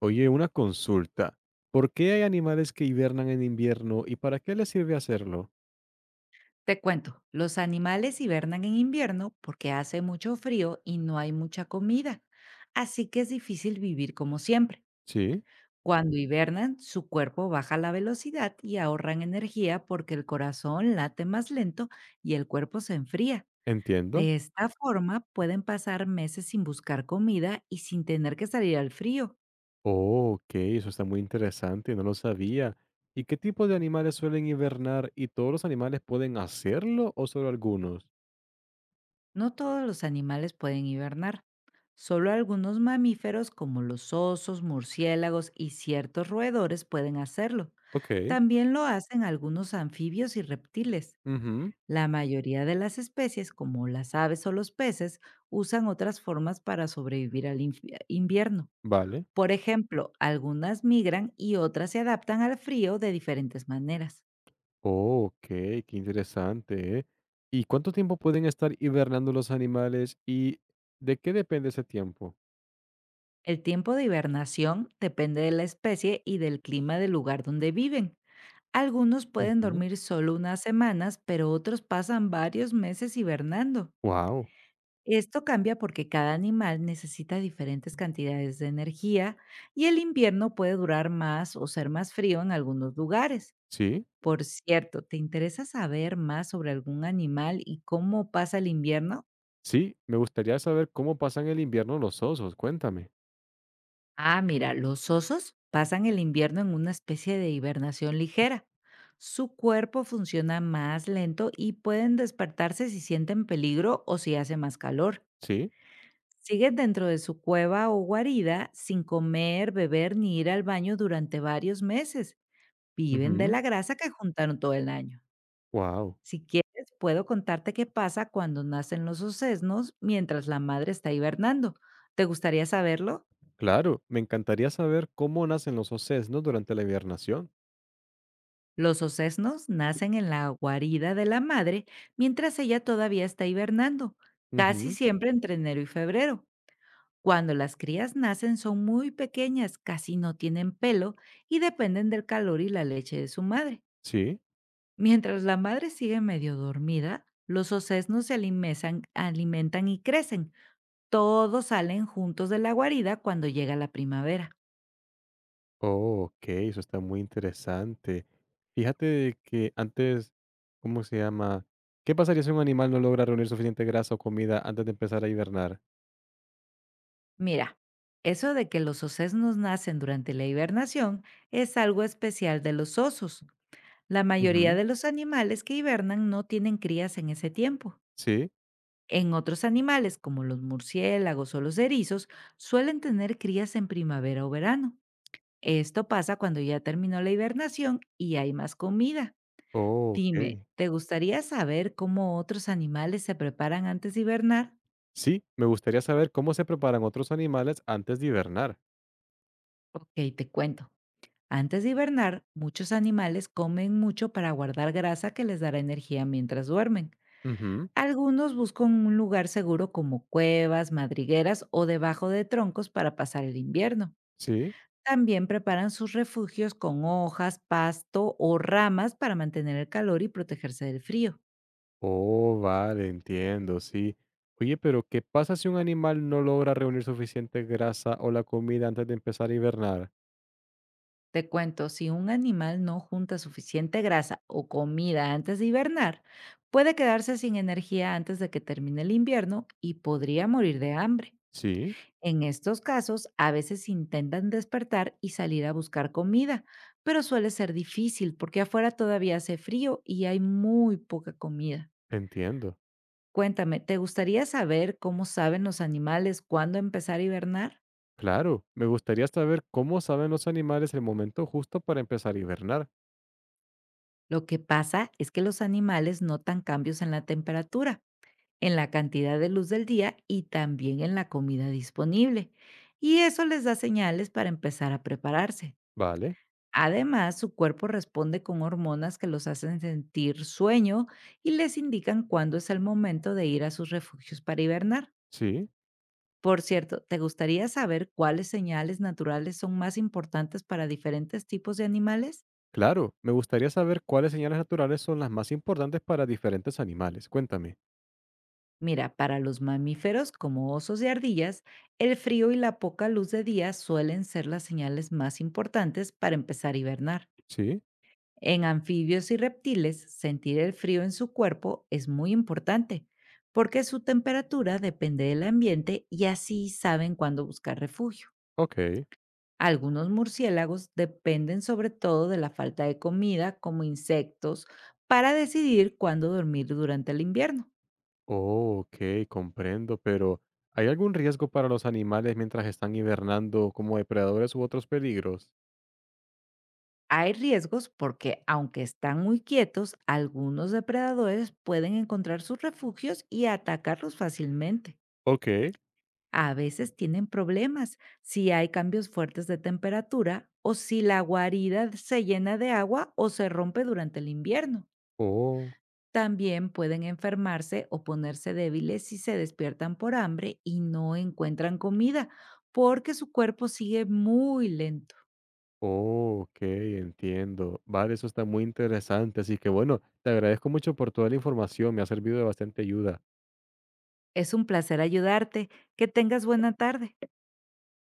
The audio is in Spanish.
Oye, una consulta. ¿Por qué hay animales que hibernan en invierno y para qué les sirve hacerlo? Te cuento, los animales hibernan en invierno porque hace mucho frío y no hay mucha comida, así que es difícil vivir como siempre. Sí, Cuando hibernan, su cuerpo baja la velocidad y ahorran energía porque el corazón late más lento y el cuerpo se enfría. entiendo. De esta forma pueden pasar meses sin buscar comida y sin tener que salir al frío. Oh, ok, eso está muy interesante, no lo sabía. ¿Y qué tipo de animales suelen hibernar y todos los animales pueden hacerlo o solo algunos? No todos los animales pueden hibernar, solo algunos mamíferos como los osos, murciélagos y ciertos roedores pueden hacerlo. Ok, También lo hacen algunos anfibios y reptiles. ujú, La mayoría de las especies, como las aves o los peces, usan otras formas para sobrevivir al invierno. vale. Por ejemplo, algunas migran y otras se adaptan al frío de diferentes maneras. Oh, ok, qué interesante, ¿eh? ¿Y cuánto tiempo pueden estar hibernando los animales y de qué depende ese tiempo? El tiempo de hibernación depende de la especie y del clima del lugar donde viven. Algunos pueden dormir solo unas semanas, pero otros pasan varios meses hibernando. Wow, Esto cambia porque cada animal necesita diferentes cantidades de energía y el invierno puede durar más o ser más frío en algunos lugares. sí. Por cierto, ¿te interesa saber más sobre algún animal y cómo pasa el invierno? Sí, me gustaría saber cómo pasan el invierno los osos, cuéntame. Ah, mira, los osos pasan el invierno en una especie de hibernación ligera. Su cuerpo funciona más lento y pueden despertarse si sienten peligro o si hace más calor. ¿Sí? Siguen dentro de su cueva o guarida sin comer, beber ni ir al baño durante varios meses. Viven de Ujú. la grasa que juntaron todo el año. Wow. Si quieres, puedo contarte qué pasa cuando nacen los osesnos mientras la madre está hibernando. ¿Te gustaría saberlo? Claro, me encantaría saber cómo nacen los osesnos durante la hibernación. Los ocesnos nacen en la guarida de la madre mientras ella todavía está hibernando, casi Ujú. siempre entre enero y febrero. Cuando las crías nacen son muy pequeñas, casi no tienen pelo y dependen del calor y la leche de su madre. ¿Sí? Mientras la madre sigue medio dormida, los ocesnos se alimentan y crecen. Todos salen juntos de la guarida cuando llega la primavera. Oh, ok, eso está muy interesante. Fíjate de que antes, ¿cómo se llama? ¿Qué pasaría si un animal no logra reunir suficiente grasa o comida antes de empezar a hibernar? Mira, eso de que los osesnos nacen durante la hibernación es algo especial de los osos. La mayoría Ujú. de los animales que hibernan no tienen crías en ese tiempo. ¿Sí? En otros animales, como los murciélagos o los erizos, suelen tener crías en primavera o verano. Esto pasa cuando ya terminó la hibernación y hay más comida. Oh, Dime, ok. ¿te gustaría saber cómo otros animales se preparan antes de hibernar? Sí, me gustaría saber cómo se preparan otros animales antes de hibernar. Ok, te cuento. Antes de hibernar, muchos animales comen mucho para guardar grasa que les dará energía mientras duermen. Ujú. Algunos buscan un lugar seguro como cuevas, madrigueras o debajo de troncos para pasar el invierno. ¿Sí? También preparan sus refugios con hojas, pasto o ramas para mantener el calor y protegerse del frío. Oh, vale, entiendo, sí. Oye, pero ¿qué pasa si un animal no logra reunir suficiente grasa o la comida antes de empezar a hibernar? Te cuento, si un animal no junta suficiente grasa o comida antes de hibernar, puede quedarse sin energía antes de que termine el invierno y podría morir de hambre. Sí, En estos casos, a veces intentan despertar y salir a buscar comida, pero suele ser difícil porque afuera todavía hace frío y hay muy poca comida. entiendo. Cuéntame, ¿te gustaría saber cómo saben los animales cuándo empezar a hibernar? Claro, me gustaría saber cómo saben los animales el momento justo para empezar a hibernar. Lo que pasa es que los animales notan cambios en la temperatura, en la cantidad de luz del día y también en la comida disponible. Y eso les da señales para empezar a prepararse. Vale, Además, su cuerpo responde con hormonas que los hacen sentir sueño y les indican cuándo es el momento de ir a sus refugios para hibernar. sí, Por cierto, ¿te gustaría saber cuáles señales naturales son más importantes para diferentes tipos de animales? claro, me gustaría saber cuáles señales naturales son las más importantes para diferentes animales. Cuéntame. Mira, para los mamíferos como osos y ardillas, el frío y la poca luz de día suelen ser las señales más importantes para empezar a hibernar. Sí, En anfibios y reptiles, sentir el frío en su cuerpo es muy importante, porque su temperatura depende del ambiente y así saben cuándo buscar refugio. ok. Algunos murciélagos dependen sobre todo de la falta de comida, como insectos, para decidir cuándo dormir durante el invierno. Oh, ok, comprendo, pero ¿hay algún riesgo para los animales mientras están hibernando como depredadores u otros peligros? Hay riesgos porque, aunque están muy quietos, algunos depredadores pueden encontrar sus refugios y atacarlos fácilmente. Ok, A veces tienen problemas si hay cambios fuertes de temperatura o si la guarida se llena de agua o se rompe durante el invierno. Oh, También pueden enfermarse o ponerse débiles si se despiertan por hambre y no encuentran comida, porque su cuerpo sigue muy lento. oh, ok, entiendo. Vale, eso está muy interesante, así que bueno, te agradezco mucho por toda la información, me ha servido de bastante ayuda. Es un placer ayudarte. Que tengas buena tarde.